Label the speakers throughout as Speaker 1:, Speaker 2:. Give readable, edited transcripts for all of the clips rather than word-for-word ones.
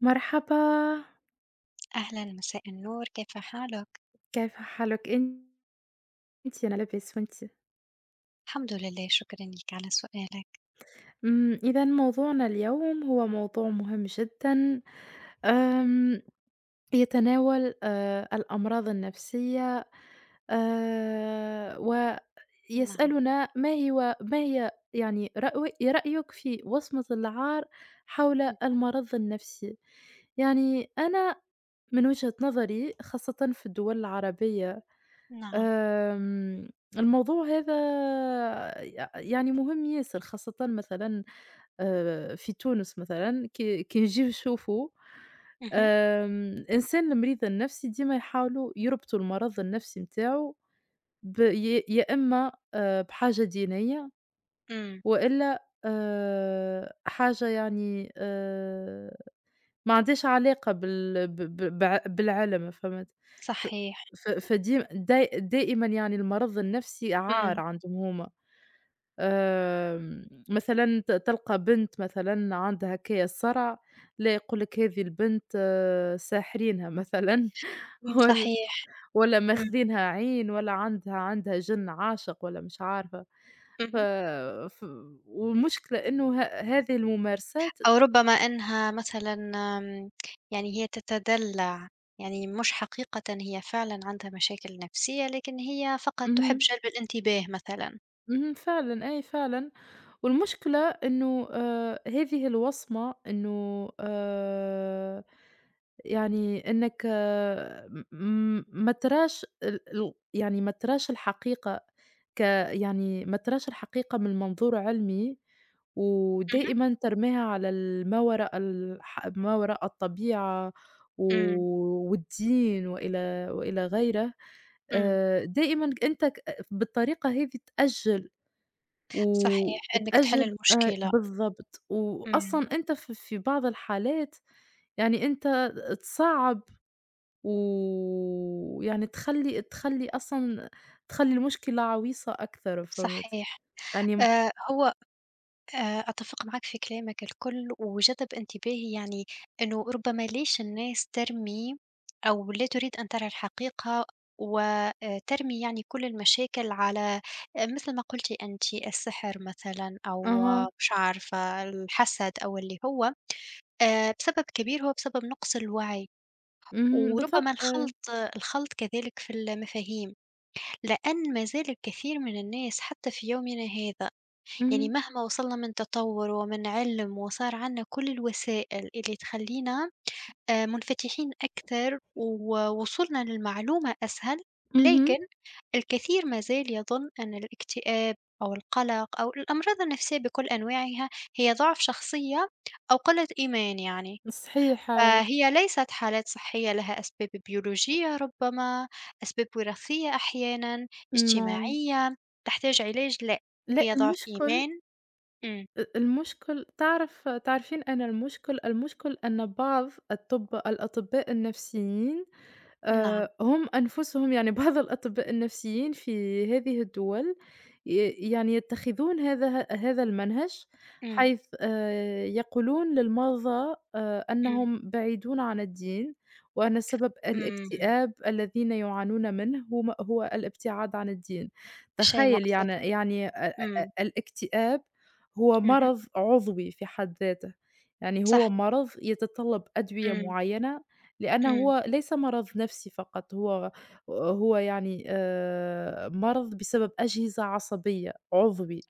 Speaker 1: مرحبا،
Speaker 2: أهلا، مساء النور، كيف حالك؟
Speaker 1: كيف حالِك أنتِ؟ أنا لاباس وأنتِ؟
Speaker 2: الحمد لله، شكرا لك على سؤالك.
Speaker 1: إذًا موضوعنا اليوم هو موضوع مهم جدًا، آمم، يتناول الأمراض النفسية، آآ،
Speaker 2: نعم.
Speaker 1: ويسألنا ما هي يعني رأيك في وصمة العار حول
Speaker 2: مه-
Speaker 1: المرض النفسي؟ يعني أنا من وجهة نظري خاصةً في الدول العربية،
Speaker 2: نعم.
Speaker 1: آمم، الموضوع هذا يعني مهم ياسر، خاصةً مثلًا في تونس مثلًا كي نجيو نشوفوا
Speaker 2: مه-
Speaker 1: إنسان المريض النفسي ديما يحاولوا يربطوا المرض النفسي نتاعو يا إما بحاجة دينية،
Speaker 2: مم.
Speaker 1: وإلا حاجة يعني ما عنديش علاقة بال ب ب بع بالعلم، فهمت؟ ف
Speaker 2: صحيح.
Speaker 1: ف فديم داي دائمًا يعني المرض النفسي
Speaker 2: مم.
Speaker 1: عار عندهم هُما، مثلًا تلقى بنت مثلًا عندها هكايا الصرع، لا يقول لك هذه البنت آه، ساحرينها مثلًا
Speaker 2: مم.
Speaker 1: والّا
Speaker 2: صحيح.
Speaker 1: والّا
Speaker 2: مم.
Speaker 1: ماخذينها عين والّا عندها جِن عاشق والّا مش عارفة. ف
Speaker 2: مه.
Speaker 1: ف والمشكلة إنه هذه الممارسات.
Speaker 2: أو ربما أنها مثلا آم، يعني هي تتدلع، يعني مش حقيقة هي فعلا عندها مشاكل نفسية، لكن هي فقط
Speaker 1: اهم،
Speaker 2: تحب جلب الانتباه مثلا.
Speaker 1: اهم، فعلًا أي فعلًا. والمشكلة إنه هذه الوصمة إنه يعني إنك آه، م م ما تراش ال ال يعني ما تراش الحقيقة، ك يعني ما تراش الحقيقة من منظور علمي،
Speaker 2: مه.
Speaker 1: ودائمًا ترميها على ال ما وراء الح ما وراء الطبيعة و
Speaker 2: مم.
Speaker 1: والدين وإلى غيره،
Speaker 2: مم.
Speaker 1: دائمًا أنت بالطريقة هذه تأجّل
Speaker 2: صحيح. أنك تحل
Speaker 1: وتأجّل
Speaker 2: المشكلة.
Speaker 1: بالضبط،
Speaker 2: مم.
Speaker 1: وأصلًا أنت في بعض الحالات، يعني أنت تصعّب ويعني تخلّي أصلًا تخلّي المشكلة عويصة أكثر، فهمت؟
Speaker 2: صحيح.
Speaker 1: يعني
Speaker 2: هو أتفق معاك في كلامك الكل، وجذب انتباهي يعني إنه ربما ليش الناس ترمي أو لا تريد أن ترى الحقيقة، و ترمي يعني كل المشاكل على مثل ما قلتِ أنتِ السحر مثلًا، أو
Speaker 1: أها،
Speaker 2: مش عارفة، الحسد أو اللي هو بسبب كبير، هو بسبب نقص الوعي،
Speaker 1: اهم،
Speaker 2: وربما
Speaker 1: بالضبط أيوه،
Speaker 2: الخلط، كذلك في المفاهيم، لأن ما زال الكثير من الناس حتى في يومنا هذا يعني
Speaker 1: اهم،
Speaker 2: مهما وصلنا من تطور ومن علم وصار عنا كل الوسائل اللي تخلّينا منفتحين أكثر، ووصولنا للمعلومة أسهل،
Speaker 1: اهم،
Speaker 2: لكن الكثير ما زال يظن أن الاكتئاب أو القلق أو الأمراض النفسية بكل أنواعها هي ضعف شخصية أو قلة إيمان يعني،
Speaker 1: صحيح أيوه،
Speaker 2: فهي ليست حالات صحية لها أسباب بيولوجية ربما، أسباب وراثية أحيانًا،
Speaker 1: نعم.
Speaker 2: اجتماعية، تحتاج علاج، لأ،
Speaker 1: لأ
Speaker 2: هي ضعف
Speaker 1: المشكل.
Speaker 2: إيمان. إمم.
Speaker 1: المشكل تعرف تعرفين أين المشكل؟ المشكل أن بعض الأطباء النفسيين
Speaker 2: نعم.
Speaker 1: هم أنفسهم، يعني بعض الأطباء النفسيين في هذه الدول ي يعني يتخذون هذا المنهج،
Speaker 2: إمم.
Speaker 1: حيث يقولون للمرضى
Speaker 2: إمم.
Speaker 1: أنهم بعيدون عن الدين، وأن سبب
Speaker 2: إمم.
Speaker 1: الاكتئاب الذين يعانون منه هم هو الابتعاد عن الدين.
Speaker 2: شيء
Speaker 1: تخيل
Speaker 2: مؤسف.
Speaker 1: يعني يعني أ أ
Speaker 2: إمم.
Speaker 1: الاكتئاب هو
Speaker 2: اهم.
Speaker 1: مرض عضوي في حد ذاته، يعني
Speaker 2: صح.
Speaker 1: هو مرض يتطلب أدوية
Speaker 2: إمم.
Speaker 1: معينة، لأنه
Speaker 2: إمم.
Speaker 1: هو ليس مرض نفسي فقط، هو يعني مرض بسبب أجهزة عصبية، عُضوي،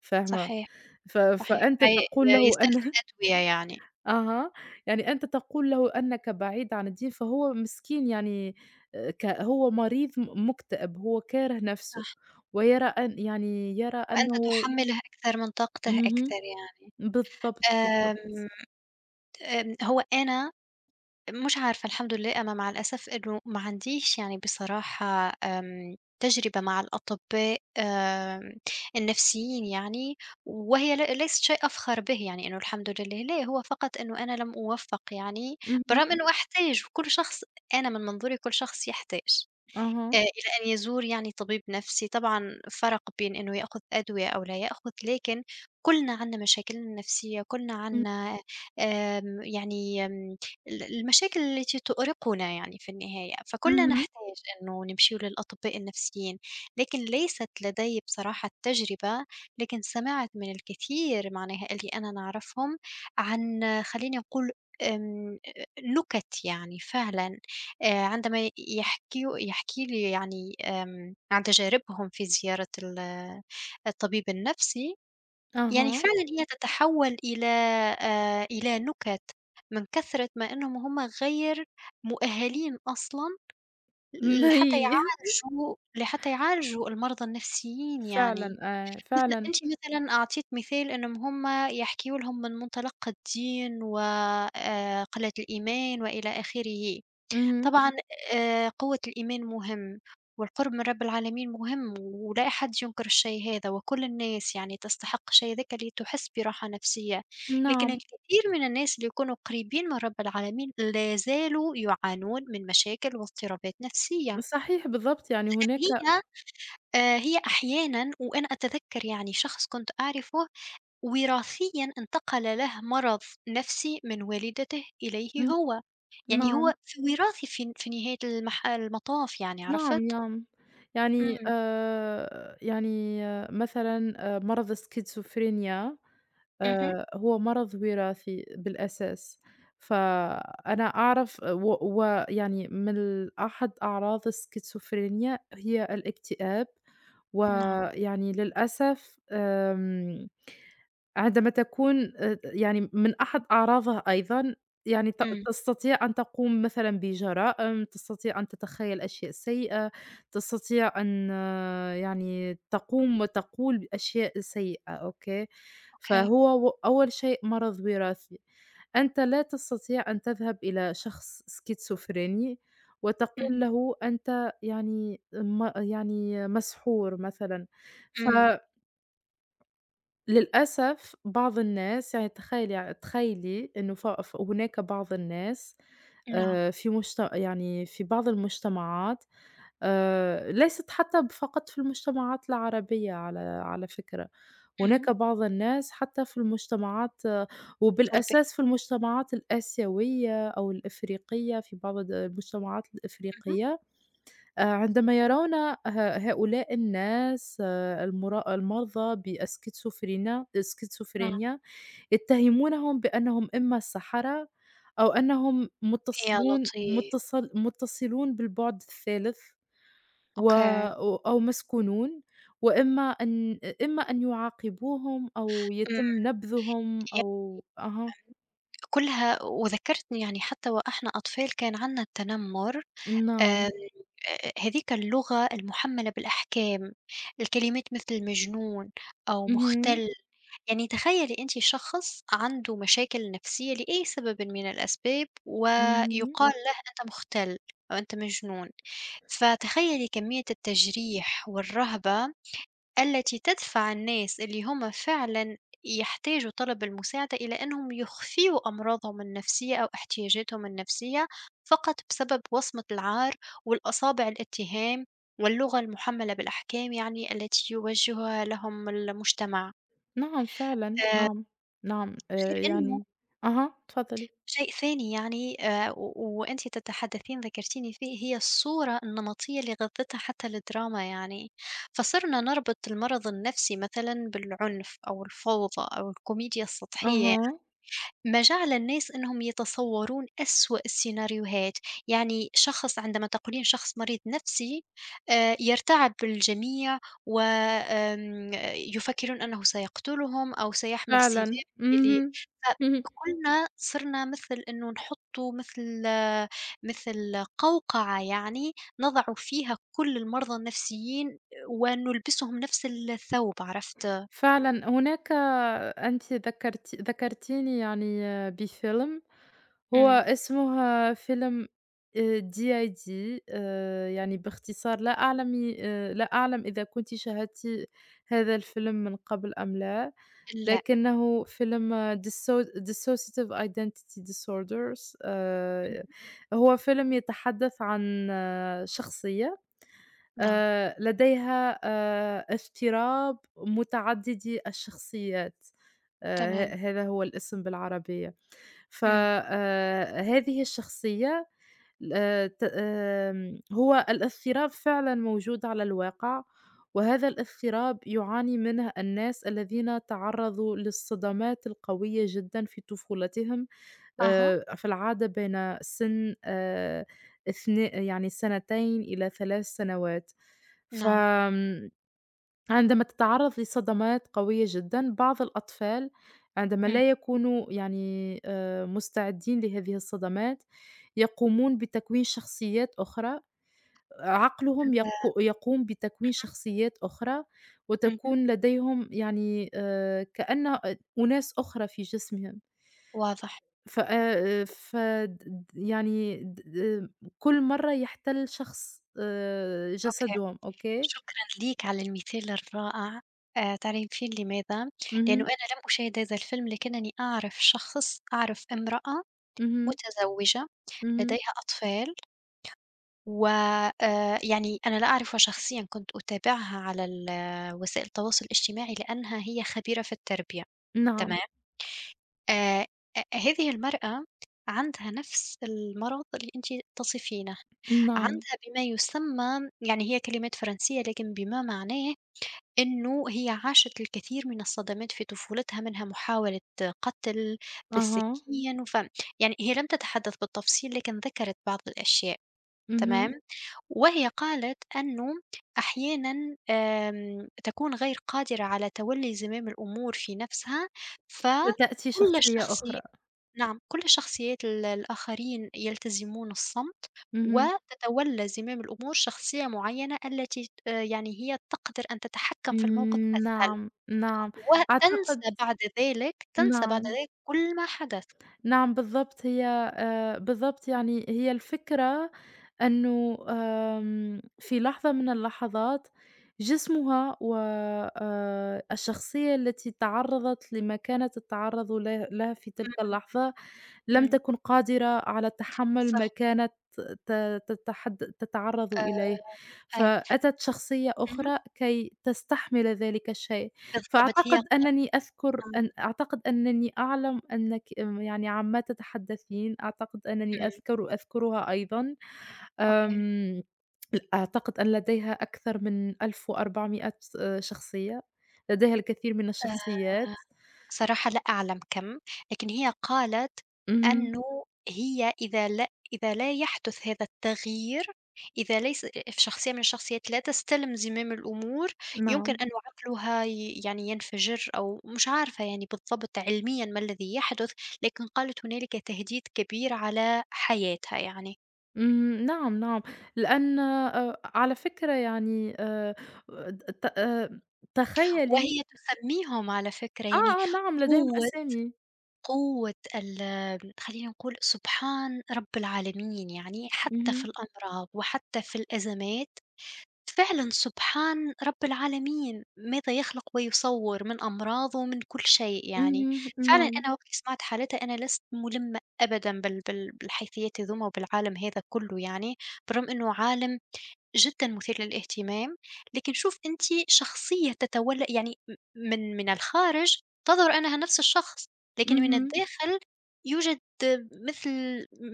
Speaker 1: فاهمة؟
Speaker 2: صحيح. صحيح.
Speaker 1: فأنت تقول له
Speaker 2: يستلزم
Speaker 1: أن
Speaker 2: أدوية يعني.
Speaker 1: أها، يعني أنت تقول له أنك بعيد عن الدين، فهو مسكين يعني ك هو مريض مُكتئب، هو كاره نفسه،
Speaker 2: صح.
Speaker 1: ويرى أن يعني يرى
Speaker 2: وأنت
Speaker 1: أنه
Speaker 2: تحمّله أكثر من طاقته أكثر
Speaker 1: اهم،
Speaker 2: يعني.
Speaker 1: بالضبط،
Speaker 2: آمم،
Speaker 1: بالضبط.
Speaker 2: هو أنا مش عارفة، الحمد لله، أنا مع الأسف إنه ما عنديش يعني بصراحة تجربة مع الأطباء النفسيين يعني، وهي ليست شيء أفخر به، يعني إنه الحمد لله، لا، هو فقط إنه أنا لم أوفّق يعني،
Speaker 1: اهم،
Speaker 2: بالرغم إنه أحتاج، وكل شخص، أنا من منظوري كل شخص يحتاج
Speaker 1: أها،
Speaker 2: إلى أن يزور يعني طبيب نفسي. طبعًا فرق بين إنه يأخُذ أدوية أو لا يأخُذ، لكن كُلّنا عندنا مشاكلنا النفسية، كُلّنا
Speaker 1: إمم،
Speaker 2: عندنا آمم يعني آمم المشاكل التي تؤرقنا يعني في النهاية، فكُلّنا
Speaker 1: اهم،
Speaker 2: نحتاج إنه نمشيو للأطباء النفسيين، لكن ليست لدي بصراحة التجربة، لكن سمعت من الكثير معناها اللي أنا نعرفهم، عن خلّيني نقول آمم نُكت يعني فعلًا، عندما ي يحكيو يحكي لي يعني عن تجاربهم في زيارة الطبيب النفسي، يعني
Speaker 1: أها.
Speaker 2: فعلًا هي تتحول إلى إلى نُكت من كثرة ما إنهم هم غير مؤهلين أصلًا
Speaker 1: ما هي
Speaker 2: لحتى يعالجوا المرضى النفسيين يعني.
Speaker 1: فعلًا
Speaker 2: مثل
Speaker 1: فعلًا.
Speaker 2: أنتِ مثلًا أعطيتِ مثال إنهم هم يحكيوا لهم من منطلق الدين، و قلة الإيمان وإلى آخره.
Speaker 1: اهم.
Speaker 2: طبعًا قوة الإيمان مهم، والقرب من رب العالمين مهم، ولا أحد ينكر الشيء هذا، وكل الناس يعني تستحق شيء ذاك اللي تحس براحة نفسية، لكن
Speaker 1: نعم.
Speaker 2: الكثير من الناس اللي يكونوا قريبين من رب العالمين لا زالوا يعانون من مشاكل واضطرابات نفسية،
Speaker 1: صحيح بالضبط، يعني
Speaker 2: لأن
Speaker 1: هناك
Speaker 2: هي أحيانًا، وأنا أتذكر يعني شخص كنت أعرفه وراثيًا انتقل له مرض نفسي من والدته إليه
Speaker 1: إمم،
Speaker 2: هو. يعني
Speaker 1: نعم،
Speaker 2: هو في وراثي، في نهاية المطاف يعني،
Speaker 1: نعم،
Speaker 2: عرفت؟
Speaker 1: نعم. يعني
Speaker 2: إمم.
Speaker 1: يعني آه، مثلًا مرض الschizophrenia
Speaker 2: اهم.
Speaker 1: هو مرض وراثي بالأساس، فأنا أعرف ويعني من أحد أعراض الschizophrenia هي الاكتئاب،
Speaker 2: نعم.
Speaker 1: ويعني للأسف عندما تكون يعني من أحد أعراضها أيضًا، يعني
Speaker 2: إمم.
Speaker 1: تستطيع أن تقوم مثلًا بجرائم، تستطيع أن تتخيل أشياء سيئة، تستطيع أن آه، يعني تقوم وتقول بأشياء سيئة، أوكي؟
Speaker 2: أوكي.
Speaker 1: فهو أول شيء مرض وراثي، أنت لا تستطيع أن تذهب إلى شخص سكيزوفريني
Speaker 2: اهم.
Speaker 1: وتقول له أنت يعني يعني مسحور مثلًا، ف
Speaker 2: إمم.
Speaker 1: للأسف بعض الناس يعني تخيلي إنه ف ف هناك بعض الناس
Speaker 2: نعم.
Speaker 1: في مجت يعني في بعض المجتمعات، ليست حتى فقط في المجتمعات العربية على على فكرة،
Speaker 2: اهم.
Speaker 1: هناك بعض الناس حتى في المجتمعات آه،
Speaker 2: الغربية.
Speaker 1: وبالأساس في المجتمعات الآسيوية أو الإفريقية في بعض المجتمعات
Speaker 2: اهم.
Speaker 1: الإفريقية، عندما يرون هؤلاء الناس المرا المرضى بالسكيزوفرينا
Speaker 2: نعم.
Speaker 1: السكيزوفرينيا يتهمونهم بأنهم إمّا السحرة، أو أنهم
Speaker 2: يا لطيف.
Speaker 1: متصلون بالبُعد الثالث و
Speaker 2: أوكي.
Speaker 1: أو أو مسكونون، وإمّا أن إمّا أن يعاقبوهم أو يتم
Speaker 2: إمم.
Speaker 1: نبذهم
Speaker 2: ي
Speaker 1: أو أها،
Speaker 2: كلها، وذكّرتني يعني حتى وإحنا أطفال كان عندنا التنمر، آمم،
Speaker 1: نعم،
Speaker 2: هاذيك اللغة المُحمّلة بالأحكام، الكلمات مثل مجنون أو
Speaker 1: اهم،
Speaker 2: مختل، يعني تخيّلي أنتِ شخص عنده مشاكل نفسية لأي سببٍ من الأسباب،
Speaker 1: اهم،
Speaker 2: ويُقال له أنت مختل أو أنت مجنون، فتخيّلي كمية التجريح والرهبة التي تدفع الناس اللي هم فعلًا يحتاجوا طلب المساعدة إلى إنهم يخفيوا أمراضهم النفسية أو احتياجاتهم النفسية، فقط بسبب وصمة العار والأصابع الاتهام واللغة المُحمّلة بالأحكام، يعني التي يوجّهها لهم المجتمع.
Speaker 1: نعم فعلًا،
Speaker 2: آآ
Speaker 1: نعم، نعم،
Speaker 2: غير إنه
Speaker 1: يعني أها، تفضّلي.
Speaker 2: شيء ثاني يعني، و وأنتِ تتحدثين ذكرتيني فيه، هي الصورة النمطية اللي غذّتها حتى الدراما يعني، فصرنا نربط المرض النفسي مثلًا بالعنف أو الفوضى أو الكوميديا السطحية،
Speaker 1: أها،
Speaker 2: ما جعل الناس إنهم يتصورون أسوأ السيناريوهات، يعني شخص عندما تقولين شخص مريض نفسي يرتعب الجميع و يفكرون أنه سيقتلهم أو سيحمل
Speaker 1: فعلًا،
Speaker 2: سلاح، ل
Speaker 1: اهم، اهم،
Speaker 2: فكلنا صرنا مثل إنه نحطّوا مثل قوقعة يعني، نضع فيها كل المرضى النفسيين ونلبسهم نفس الثوب، عرفت؟
Speaker 1: فعلًا هناك. أنتِ ذكرتيني يعني آه، بفيلم، هو
Speaker 2: إمم.
Speaker 1: اسمه فيلم DID، يعني باختصار لا أعلم لا أعلم إذا كنتِ شاهدتِ هذا الفيلم من قبل أم لا،
Speaker 2: لأ.
Speaker 1: لكنه فيلم dissociative identity disorders.
Speaker 2: اهم.
Speaker 1: هو فيلم يتحدث عن آه، شخصية
Speaker 2: نعم.
Speaker 1: لديها اضطراب متعددي الشخصيات،
Speaker 2: تمام.
Speaker 1: ه هذا هو الاسم بالعربية. ف
Speaker 2: إمم.
Speaker 1: هذه الشخصية ت آمم هو الاضطراب فعلًا موجود على الواقع، وهذا الاضطراب يعاني منه الناس الذين تعرّضوا للصدمات القوية جدًا في طفولتهم،
Speaker 2: أها.
Speaker 1: في العادة بين سن اثنا يعني سنتين إلى 3 سنوات.
Speaker 2: نعم.
Speaker 1: فآمم، عندما تتعرّض لصدمات قوية جدًا، بعض الأطفال عندما
Speaker 2: إمم.
Speaker 1: لا يكونوا يعني مستعدين لهذه الصدمات، يقومون بتكوين شخصيات أخرى، عقلهم
Speaker 2: آآ
Speaker 1: يقوم بتكوين شخصيات أخرى،
Speaker 2: اهم. اهم.
Speaker 1: وتكون لديهم يعني كأن أناس أخرى في جسمهم،
Speaker 2: واضح.
Speaker 1: فآآ ف د يعني د د كل مرّة يحتل شخص
Speaker 2: أوكي.
Speaker 1: جسدهم، أوكي؟
Speaker 2: شكرًا ليك على المثال الرائع. تعرفين لماذا؟ لأنه
Speaker 1: اهم،
Speaker 2: أنا لم أشاهد هذا الفيلم، لكنني أعرف شخص، أعرف امرأة
Speaker 1: اهم.
Speaker 2: متزوجة
Speaker 1: اهم.
Speaker 2: لديها أطفال، و يعني أنا لا أعرفها شخصيًا، كنت أتابعها على وسائل التواصل الاجتماعي لأنها هي خبيرة في التربية، تمام؟
Speaker 1: نعم،
Speaker 2: آآ أ هذه المرأة عندها نفس المرض اللي أنتِ تصفينه.
Speaker 1: نعم،
Speaker 2: عندها بما يسمى، يعني هي كلمات فرنسية لكن بما معناه إنه هي عاشت الكثير من الصدمات في طفولتها، منها محاولة قتل
Speaker 1: أها،
Speaker 2: بالسكين، يعني هي لم تتحدث بالتفصيل، لكن ذكرت بعض الأشياء.
Speaker 1: اهم.
Speaker 2: تمام. وهي قالت أنه أحيانا تكون غير قادرة على تولي زمام الأمور في نفسها،
Speaker 1: تأتي
Speaker 2: فكل
Speaker 1: شخصية
Speaker 2: شخص،
Speaker 1: أخرى.
Speaker 2: نعم، كل شخصيات الآخرين يلتزمون الصمت،
Speaker 1: اهم.
Speaker 2: وتتولى زمام الأمور شخصية معينة التي يعني هي تقدر أن تتحكم في الموقف أسهل،
Speaker 1: نعم، نعم. أعتقد
Speaker 2: وتنسى بعد ذلك،
Speaker 1: نعم،
Speaker 2: كل ما حدث.
Speaker 1: نعم بالضبط هي بالضبط يعني هي الفكرة إنه في لحظة من اللحظات، جسمها و الشخصية التي تعرّضت لما كانت التعرّض له لها في تلك
Speaker 2: إمم.
Speaker 1: اللحظة لم
Speaker 2: إمم.
Speaker 1: تكن قادرة على تحمُّل ما
Speaker 2: صح.
Speaker 1: كانت ت تتحد تتعرّض
Speaker 2: آآ
Speaker 1: إليه،
Speaker 2: آه.
Speaker 1: فأتت شخصية
Speaker 2: اهم.
Speaker 1: أخرى كي تستحمل ذلك الشيء،
Speaker 2: بالضبط، هي
Speaker 1: فأعتقد أنني أذكر
Speaker 2: إمم.
Speaker 1: أن أعتقد أنني أعلم أنِّك يعني عما تتحدثين، أعتقد أنني
Speaker 2: إمم.
Speaker 1: أذكرها أيضًا،
Speaker 2: أوكي.
Speaker 1: آمم، أعتقد أن لديها أكثر من 1400 شخصية، لديها الكثير من
Speaker 2: آآ
Speaker 1: الشخصيات.
Speaker 2: صراحة لا أعلم كم، لكن هي قالت
Speaker 1: اهم،
Speaker 2: أنه هي إذا لا، يحدث هذا التغيير، إذا ليس في شخصية من الشخصيات لا تستلم زمام الأمور، يمكن
Speaker 1: نعم.
Speaker 2: أن عقلها يعني ينفجر، أو مش عارفة يعني بالضبط علميًا ما الذي يحدث، لكن قالت هنالك تهديد كبير على حياتها يعني.
Speaker 1: اهم، نعم، نعم، لأن على فكرة يعني ت تخيّلي
Speaker 2: وهي تسميهم على فكرة
Speaker 1: آه،
Speaker 2: يعني
Speaker 1: آه، نعم لديهم
Speaker 2: قوة
Speaker 1: أسامي،
Speaker 2: قوة ال خلّينا نقول سبحان رب العالمين، يعني حتى في
Speaker 1: اهم،
Speaker 2: الأمراض وحتى في الأزمات، فعلًا سبحان رب العالمين، ماذا يخلق ويصوّر من أمراض ومن كل شيء يعني.
Speaker 1: اهم،
Speaker 2: فعلًا
Speaker 1: نعم،
Speaker 2: أنا وقت سمعت حالتها أنا لست مُلمّة أبدًا بالحيثيات هذوما وبالعالم هذا كلّه يعني، بالرغم إنه عالم جدًا مثير للاهتمام. لكن شوف أنتِ، شخصية تتولّ يعني من الخارج تظهر أنها نفس الشخص، لكن من
Speaker 1: اهم،
Speaker 2: الداخل يوجد مثل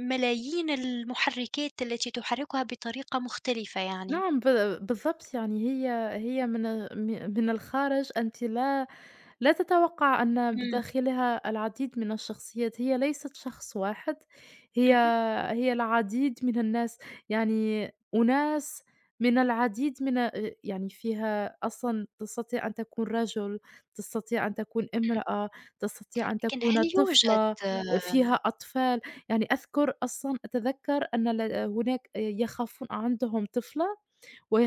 Speaker 2: ملايين المحركات التي تحركها بطريقة مختلفة يعني.
Speaker 1: نعم بالضبط يعني هي هي من الخارج أنتِ لا تتوقع أن
Speaker 2: إمم.
Speaker 1: بداخلها العديد من الشخصيات، هي ليست شخص واحد، هي
Speaker 2: اهم.
Speaker 1: هي العديد من الناس، يعني أناس من العديد من يعني فيها أصلًا تستطيع أن تكون رجل، تستطيع أن تكون
Speaker 2: إمم.
Speaker 1: امرأة، تستطيع أن
Speaker 2: لكن هل
Speaker 1: تكون
Speaker 2: يوجد
Speaker 1: طفلة، فيها أطفال، يعني أذكر أصلًا أتذكر أن هناك آه، يخافون عندهم طفلة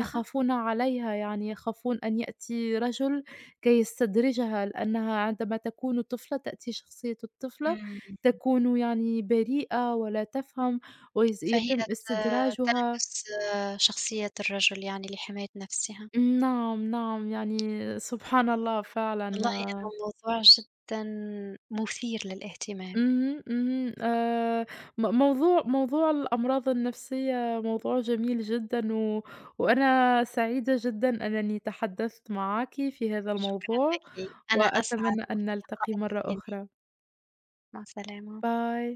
Speaker 2: أها.
Speaker 1: عليها، يعني يخافون أن يأتي رجل كي يستدرجها، لأنها عندما تكون طفلة تأتي شخصية الطفلة،
Speaker 2: إمم.
Speaker 1: تكون يعني بريئة ولا تفهم
Speaker 2: فهي
Speaker 1: يتم
Speaker 2: ت
Speaker 1: استدراجها.
Speaker 2: تلبس شخصية الرجل يعني لحماية نفسها.
Speaker 1: نعم، نعم، يعني سبحان الله
Speaker 2: والله إنه
Speaker 1: فعلًا.
Speaker 2: موضوع جدًا مثير للاهتمام.
Speaker 1: اهم، اهم. م موضوع موضوع الأمراض النفسية موضوع جميل جدًا وأنا سعيدة جدًا أنني تحدثت معاكِ في هذا
Speaker 2: شكرًا
Speaker 1: الموضوع،
Speaker 2: لكِ، أنا أسعد
Speaker 1: وأتمنى أن
Speaker 2: وفي لقاء
Speaker 1: نلتقي مرة
Speaker 2: ثانٍ.
Speaker 1: أخرى.
Speaker 2: مع السلامة.
Speaker 1: باي.